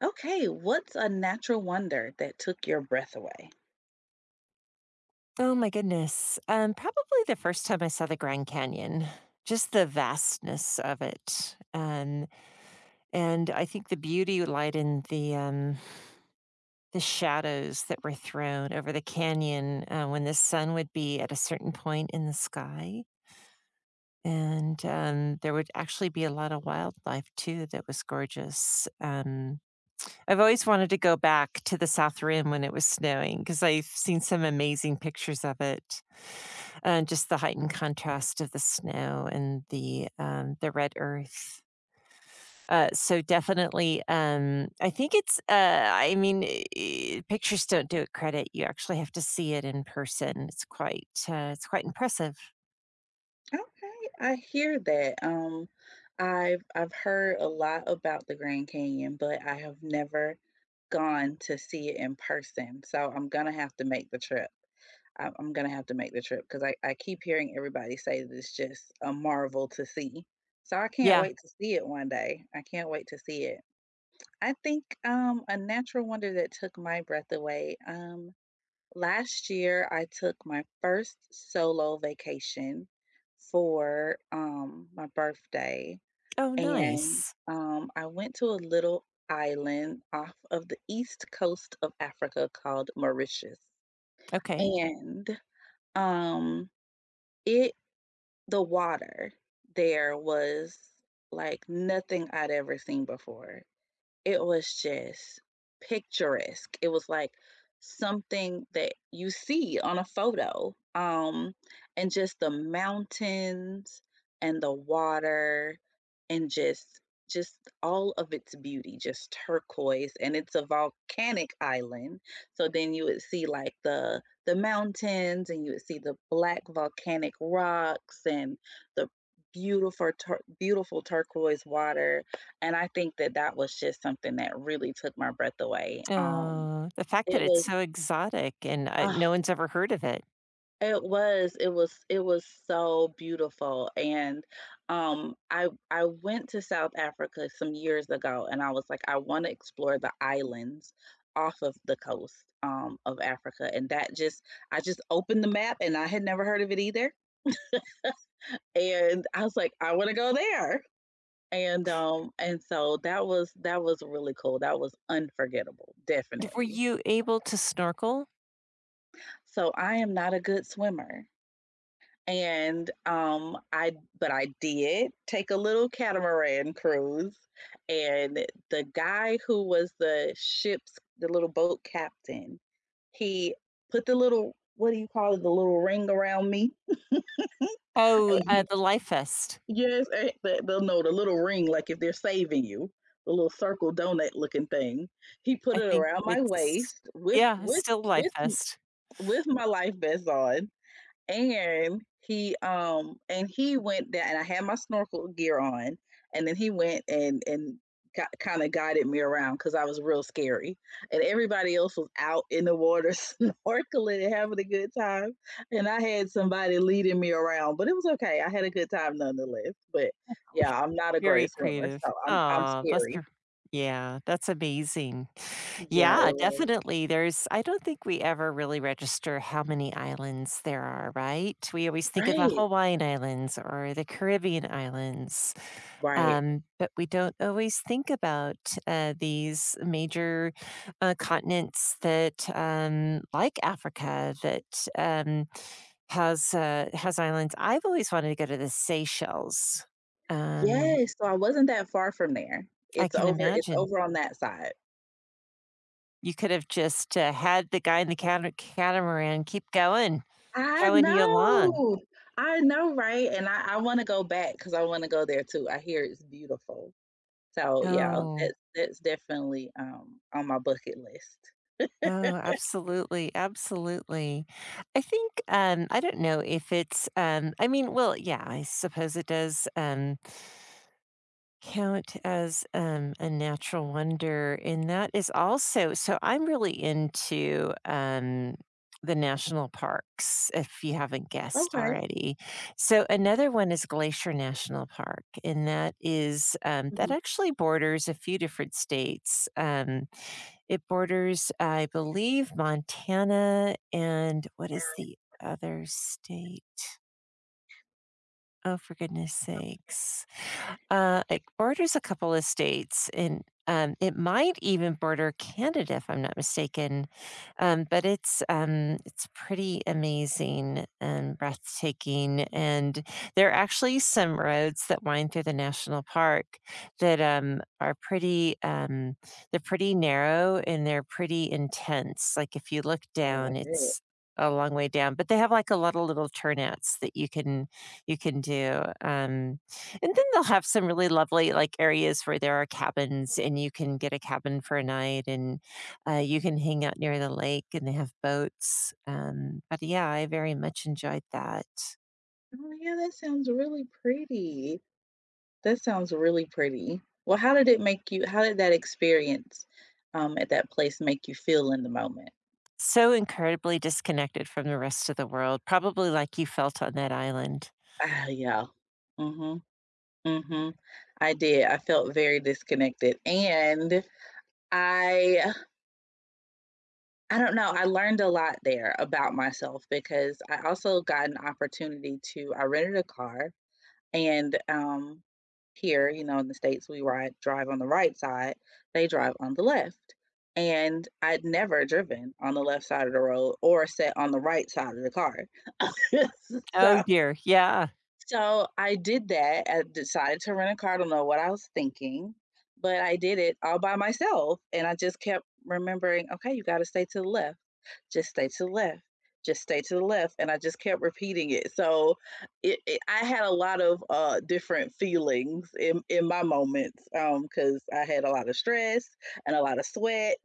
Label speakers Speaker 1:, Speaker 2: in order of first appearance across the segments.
Speaker 1: Okay, what's a natural wonder that took your breath away?
Speaker 2: Oh my goodness. Probably the first time I saw the Grand Canyon, just the vastness of it. And I think the beauty lied in the shadows that were thrown over the canyon when the sun would be at a certain point in the sky. And there would actually be a lot of wildlife too that was gorgeous. I've always wanted to go back to the South Rim when it was snowing because I've seen some amazing pictures of it and just the heightened contrast of the snow and the red earth. So definitely, I think it's. I mean, pictures don't do it credit. You actually have to see it in person. It's quite impressive.
Speaker 1: Okay, I hear that. I've heard a lot about the Grand Canyon, but I have never gone to see it in person. So I'm gonna have to make the trip. I'm gonna have to make the trip because I keep hearing everybody say that it's just a marvel to see. So I can't
Speaker 2: Yeah.
Speaker 1: wait to see it one day. I can't wait to see it. I think a natural wonder that took my breath away. Last year, I took my first solo vacation for my birthday,
Speaker 2: Oh,
Speaker 1: and
Speaker 2: nice.
Speaker 1: I went to a little island off of the east coast of Africa called Mauritius.
Speaker 2: Okay.
Speaker 1: And um, it the water there was like nothing I'd ever seen before. It was just picturesque. It was like something that you see on a photo, and just the mountains and the water and just all of its beauty, just turquoise, and it's a volcanic island. So then you would see like the mountains and you would see the black volcanic rocks and the beautiful beautiful turquoise water and I think that was just something that really took my breath away.
Speaker 2: Oh, the fact that
Speaker 1: it
Speaker 2: it's
Speaker 1: was
Speaker 2: so exotic and
Speaker 1: ah,
Speaker 2: no one's ever heard of it.
Speaker 1: it was so beautiful, and I went to South Africa some years ago, and I was like, "I wanna explore the islands off of the coast, of Africa," and that just I just opened the map, and I had never heard of it either, and I was like, "I wanna go there." And so that was really cool, that was unforgettable,
Speaker 2: Were
Speaker 1: definitely.
Speaker 2: you able to snorkel?
Speaker 1: So I am not a good swimmer. And I did take a little catamaran cruise and the guy who was the little boat captain, he put the little what do you call it, the little ring around me?
Speaker 2: Oh,
Speaker 1: And he
Speaker 2: the Life Fest.
Speaker 1: yes, eh, the, the no, the little ring, like if they're saving you, the little circle donut looking thing. He put
Speaker 2: I
Speaker 1: it
Speaker 2: think
Speaker 1: around my
Speaker 2: it's.
Speaker 1: waist with
Speaker 2: Yeah, it's still Life Fest.
Speaker 1: with my life vest on. And he went down and I had my snorkel gear on, and then he went and got kinda guided me around because I was real scary, and everybody else was out in the water snorkeling and having a good time, and I had somebody leading me around, but it was okay, I had a good time nonetheless, but yeah, I'm not a
Speaker 2: Very
Speaker 1: great swimmer,
Speaker 2: creative.
Speaker 1: so I'm
Speaker 2: Aw, bless her.
Speaker 1: scary.
Speaker 2: Yeah, that's amazing.
Speaker 1: Yeah,
Speaker 2: Yeah,
Speaker 1: it was.
Speaker 2: definitely. There's I don't think we ever really register how many islands there are, right? We always think of the
Speaker 1: Right,
Speaker 2: Hawaiian Islands or the Caribbean Islands,
Speaker 1: right.
Speaker 2: but we don't always think about, these major, continents that, like Africa, that, has islands. I've always wanted to go to the Seychelles. Um
Speaker 1: Yes, so I wasn't that far from there.
Speaker 2: I
Speaker 1: It's
Speaker 2: can
Speaker 1: over it's
Speaker 2: imagine.
Speaker 1: over on that side.
Speaker 2: You could have just, had the guy in the catamaran keep going,
Speaker 1: I
Speaker 2: towing you along.
Speaker 1: know. I know, right? And I wanna go back because I wanna go there too. I hear it's beautiful. So, yeah,
Speaker 2: Oh,
Speaker 1: that's definitely, on my bucket list.
Speaker 2: oh, absolutely, absolutely. I think, I don't know if it's, I mean, well, yeah, I suppose it does, count as, a natural wonder, and that is also so I'm really into, the national parks, if you haven't guessed
Speaker 1: Okay.
Speaker 2: already. So another one is Glacier National Park, and that is, that
Speaker 1: Mhm.
Speaker 2: actually borders a few different states. It borders, I believe, Montana and what is the other state? Oh, for goodness sakes. It borders a couple of states and it might even border Canada if I'm not mistaken. But it's pretty amazing and breathtaking. And there are actually some roads that wind through the national park that are pretty they're pretty narrow and they're pretty intense. Like if you look
Speaker 1: I love
Speaker 2: down,
Speaker 1: it.
Speaker 2: it's a long way down, but they have like a lot of little turnouts that you can do, and then they'll have some really lovely, like, areas where there are cabins, and you can get a cabin for a night, and, you can hang out near the lake, and they have boats, but, yeah, I very much enjoyed that.
Speaker 1: Oh, yeah, that sounds really pretty. That sounds really pretty. Well, how did it make you how did that experience, at that place make you feel in the moment?
Speaker 2: So incredibly disconnected from the rest of the world, probably like you felt on that island.
Speaker 1: Ah, yeah. Mhm, mhm. I did. I felt very disconnected, and I I don't know. I learned a lot there about myself because I also got an opportunity to I rented a car and here, you know, in the States, we ride drive on the right side, they drive on the left, and I'd never driven on the left side of the road or sat on the right side of the car.
Speaker 2: Oh,
Speaker 1: So
Speaker 2: dear, yeah.
Speaker 1: so I did that. I decided to rent a car, I don't know what I was thinking, but I did it all by myself, and I just kept remembering, "Okay, you gotta stay to the left. Just stay to the left. Just stay to the left," and I just kept repeating it. So, it I had a lot of, different feelings in my moments, because I had a lot of stress and a lot of sweat,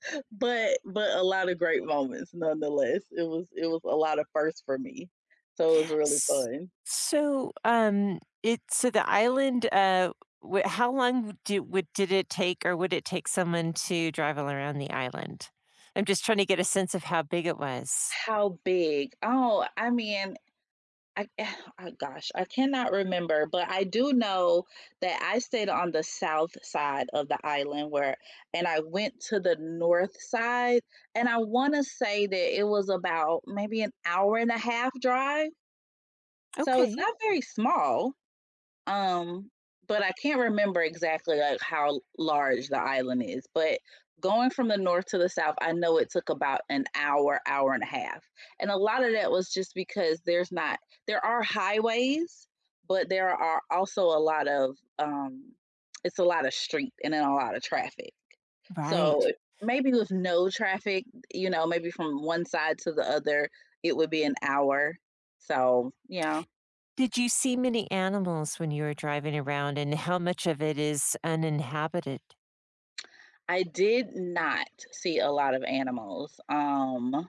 Speaker 1: but a lot of great moments nonetheless. It was a lot of firsts for me, so it was really
Speaker 2: S-
Speaker 1: fun.
Speaker 2: So, it so the island. Wh- how long did it take, or would it take someone to drive all around the island? I'm just trying to get a sense of how big it was.
Speaker 1: How big? Oh, I mean, I oh gosh, I cannot remember, but I do know that I stayed on the south side of the island where and I went to the north side, and I wanna say that it was about maybe an hour and a half drive, so it's
Speaker 2: Okay,
Speaker 1: not very small. Um, but I can't remember exactly like how large the island is, but going from the north to the south, I know it took about an hour, hour and a half. And a lot of that was just because there's not there are highways, but there are also a lot of it's a lot of street and then a lot of traffic. So
Speaker 2: right.
Speaker 1: maybe with no traffic, you know, maybe from one side to the other, it would be an hour. So yeah.
Speaker 2: Did you see many animals when you were driving around, and how much of it is uninhabited?
Speaker 1: I did not see a lot of animals.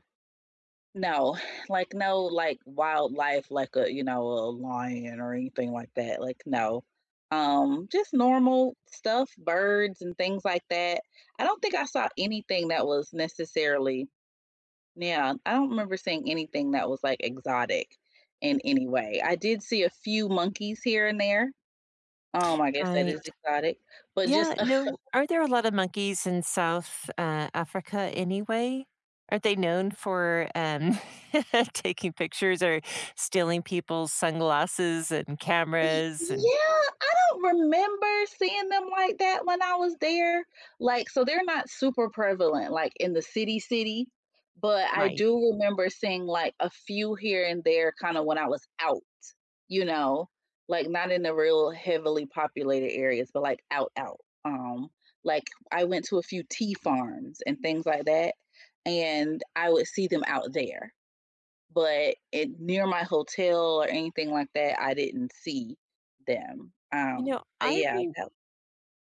Speaker 1: No, like no, like wildlife, like a you know a lion or anything like that. Like no, just normal stuff, birds and things like that. I don't think I saw anything that was necessarily. Yeah, I don't remember seeing anything that was like exotic in any way. I did see a few monkeys here and there. I guess that
Speaker 2: Right.
Speaker 1: is exotic, but just
Speaker 2: Yeah, no, are there a lot of monkeys in South, Africa anyway? Are they known for, taking pictures or stealing people's sunglasses and cameras and
Speaker 1: Yeah, I don't remember seeing them like that when I was there. Like, so they're not super prevalent, like in the city, but I
Speaker 2: Right.
Speaker 1: do remember seeing like a few here and there kind of when I was out, you know, like not in the real heavily populated areas, but like out, out. Um, like I went to a few tea farms and things like that, and I would see them out there. But it near my hotel or anything like that, I didn't see them.
Speaker 2: You know,
Speaker 1: But
Speaker 2: I
Speaker 1: yeah,
Speaker 2: re
Speaker 1: that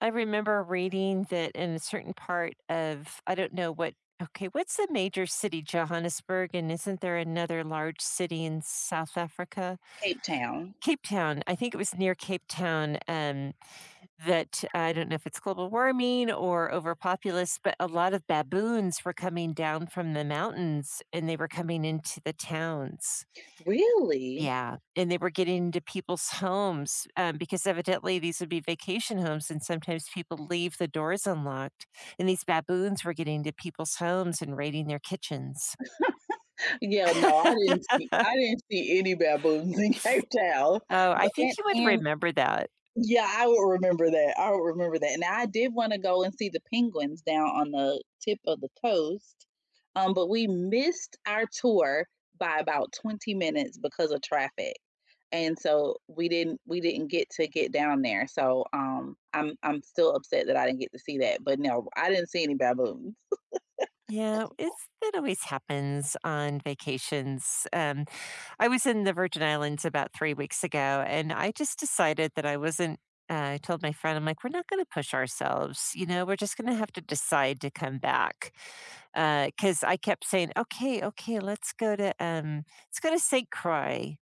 Speaker 2: I remember reading that in a certain part of I don't know what okay, what's the major city? Johannesburg, and isn't there another large city in South Africa?
Speaker 1: Cape Town.
Speaker 2: Cape Town, I think it was near Cape Town, that I don't know if it's global warming or overpopulace, but a lot of baboons were coming down from the mountains and they were coming into the towns.
Speaker 1: Really?
Speaker 2: Yeah. And they were getting into people's homes because evidently these would be vacation homes. And sometimes people leave the doors unlocked. And these baboons were getting into people's homes and raiding their kitchens.
Speaker 1: Yeah,
Speaker 2: Oh,
Speaker 1: I didn't see any baboons in Cape Town.
Speaker 2: I
Speaker 1: But
Speaker 2: think you would
Speaker 1: and
Speaker 2: remember that.
Speaker 1: Yeah, I would remember that. I would remember that. And I did want to go and see the penguins down on the tip of the coast, but we missed our tour by about 20 minutes because of traffic. And so we didn't get to get down there. So I'm still upset that I didn't get to see that. But no, I didn't see any baboons.
Speaker 2: Yeah, it's that always happens on vacations. I was in the Virgin Islands about 3 weeks ago, and I just decided that I wasn't. I told my friend, I'm like, we're not going to push ourselves. You know, we're just going to have to decide to come back. Because I kept saying, okay, okay, let's go to St. Croix.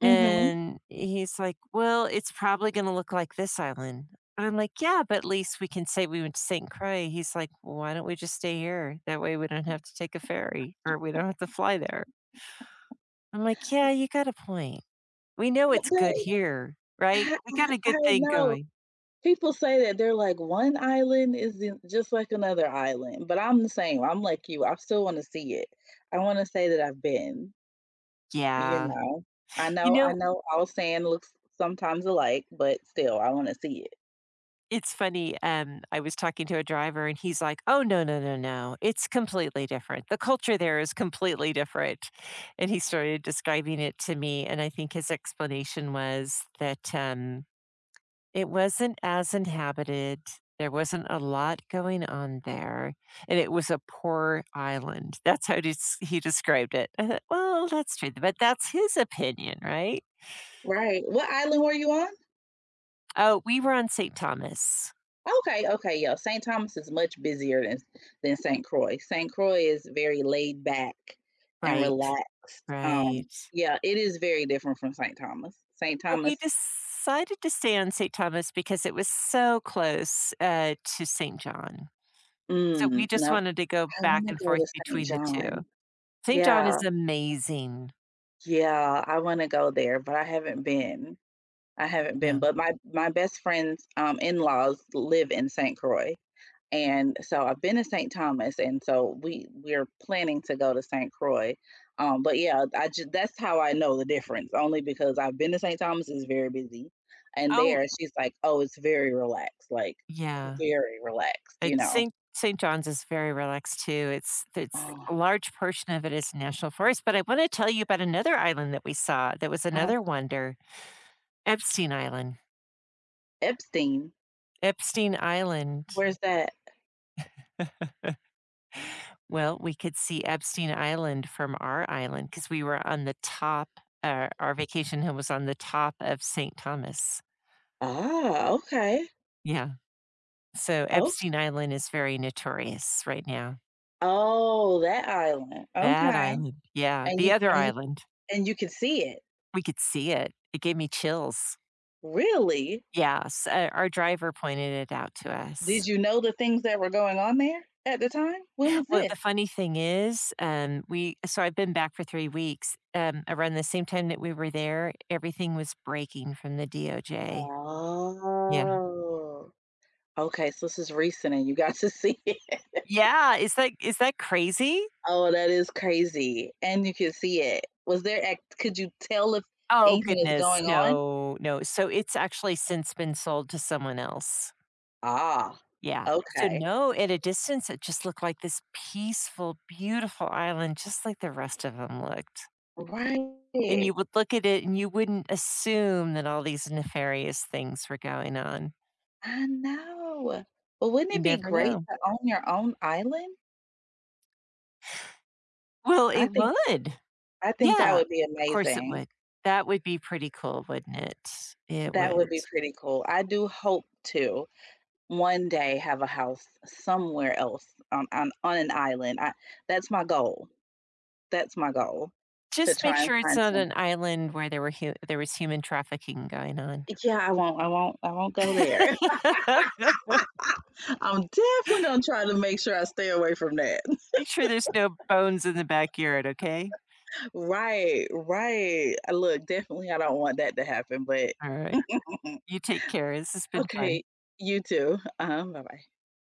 Speaker 1: Mhm.
Speaker 2: And he's like, "Well, it's probably gonna look like this island." And I'm like, "Yeah, but at least we can say we went to St. Croix." He's like, well, "Why don't we just stay here? That way we don't have to take a ferry or we don't have to fly there." I'm like, "Yeah, you got a point. We know
Speaker 1: But
Speaker 2: it's good here, right?
Speaker 1: I
Speaker 2: We got a
Speaker 1: I
Speaker 2: good thing
Speaker 1: know.
Speaker 2: going."
Speaker 1: People say that they're like, "One island is in just like another island," but I'm the same. I'm like you, I still wanna see it. I wanna say that I've been. You
Speaker 2: Yeah.
Speaker 1: know?
Speaker 2: You
Speaker 1: I
Speaker 2: know,
Speaker 1: know all sand looks sometimes alike, but still, I wanna see it.
Speaker 2: It's funny, I was talking to a driver and he's like, "Oh, no, no, no, no, it's completely different. The culture there is completely different." And he started describing it to me, and I think his explanation was that, it wasn't as inhabited, there wasn't a lot going on there, and it was a poor island. That's how des he described it. I thought, "Well, that's true, but that's his opinion, right?"
Speaker 1: Right. What island were you on?
Speaker 2: Oh, we were on St. Thomas.
Speaker 1: Okay, okay, yeah, St. Thomas is much busier than St. Croix. St. Croix is very laid back and
Speaker 2: Right,
Speaker 1: relaxed.
Speaker 2: right.
Speaker 1: Yeah, it is very different from St. Thomas. St.
Speaker 2: But we
Speaker 1: Thomas
Speaker 2: decided to stay on St. Thomas because it was so close, to St. John. So we
Speaker 1: Mm,
Speaker 2: just
Speaker 1: no,
Speaker 2: wanted to go
Speaker 1: I
Speaker 2: back
Speaker 1: wanna
Speaker 2: and
Speaker 1: go
Speaker 2: forth
Speaker 1: to St.
Speaker 2: between the two.
Speaker 1: John.
Speaker 2: St. John is
Speaker 1: Yeah,
Speaker 2: amazing.
Speaker 1: yeah, I wanna go there, but I haven't been. I haven't been,
Speaker 2: Yeah.
Speaker 1: but my best friend's in-laws live in St. Croix, and so I've been to St. Thomas, and so we're planning to go to St. Croix. But yeah, I just that's how I know the difference, only because I've been to St. Thomas is very busy, and
Speaker 2: Oh,
Speaker 1: there she's like, oh, it's very relaxed, like
Speaker 2: yeah.
Speaker 1: very relaxed, you
Speaker 2: It's
Speaker 1: know.
Speaker 2: St. St. John's is very relaxed too. It's
Speaker 1: Oh,
Speaker 2: a large portion of it is national forest, but I wanna tell you about another island that we saw that was
Speaker 1: uh,
Speaker 2: another wonder, Epstein Island.
Speaker 1: Epstein,
Speaker 2: Epstein Island.
Speaker 1: where's that?
Speaker 2: Well, we could see Epstein Island from our island because we were on the top, our vacation home was on the top of St. Thomas.
Speaker 1: Ah, okay.
Speaker 2: Yeah. So
Speaker 1: Oh,
Speaker 2: Epstein Island is very notorious right now.
Speaker 1: oh, that island.
Speaker 2: That
Speaker 1: Okay,
Speaker 2: island. Yeah,
Speaker 1: and
Speaker 2: the
Speaker 1: you
Speaker 2: other
Speaker 1: and you
Speaker 2: island.
Speaker 1: and you can see it.
Speaker 2: We could see it. It gave me chills.
Speaker 1: Really?
Speaker 2: Yes, our driver pointed it out to us.
Speaker 1: Did you know the things that were going on there at the time? When was
Speaker 2: Well,
Speaker 1: this?
Speaker 2: the funny thing is, we so I've been back for 3 weeks. Around the same time that we were there, everything was breaking from the DOJ. Yeah.
Speaker 1: Oh. Okay, so this is recent and you got to see it.
Speaker 2: Yeah, is that crazy?
Speaker 1: Oh, that is crazy, and you could see it. Was there act Could you tell if
Speaker 2: Oh,
Speaker 1: anything is
Speaker 2: goodness,
Speaker 1: going on?
Speaker 2: no, no, so it's actually since been sold to someone else.
Speaker 1: Ah,
Speaker 2: Yeah, so
Speaker 1: okay.
Speaker 2: no, at a distance, it just looked like this peaceful, beautiful island just like the rest of them looked,
Speaker 1: Right.
Speaker 2: and you would look at it and you wouldn't assume that all these nefarious things were going on.
Speaker 1: I know. But wouldn't
Speaker 2: You
Speaker 1: it be
Speaker 2: never
Speaker 1: great
Speaker 2: know.
Speaker 1: to own your own island?
Speaker 2: Well, it
Speaker 1: I think
Speaker 2: would.
Speaker 1: I think that
Speaker 2: Yeah,
Speaker 1: would be
Speaker 2: of course it
Speaker 1: amazing.
Speaker 2: would. That would be pretty cool, wouldn't it? It
Speaker 1: That would
Speaker 2: would.
Speaker 1: be pretty cool. I do hope to one day have a house somewhere else on an island. I That's my goal. That's my goal to
Speaker 2: Just make
Speaker 1: try and
Speaker 2: sure it's
Speaker 1: find
Speaker 2: not
Speaker 1: some
Speaker 2: an island where there were hu there was human trafficking going on.
Speaker 1: Yeah, I won't go there. I'm definitely gonna try to make sure I stay away from that.
Speaker 2: Make sure there's no bones in the backyard, okay?
Speaker 1: Right, right. Look, definitely I don't want that to happen, but
Speaker 2: Alright. You take care, this has been fun.
Speaker 1: Okay, you too. Bye-bye.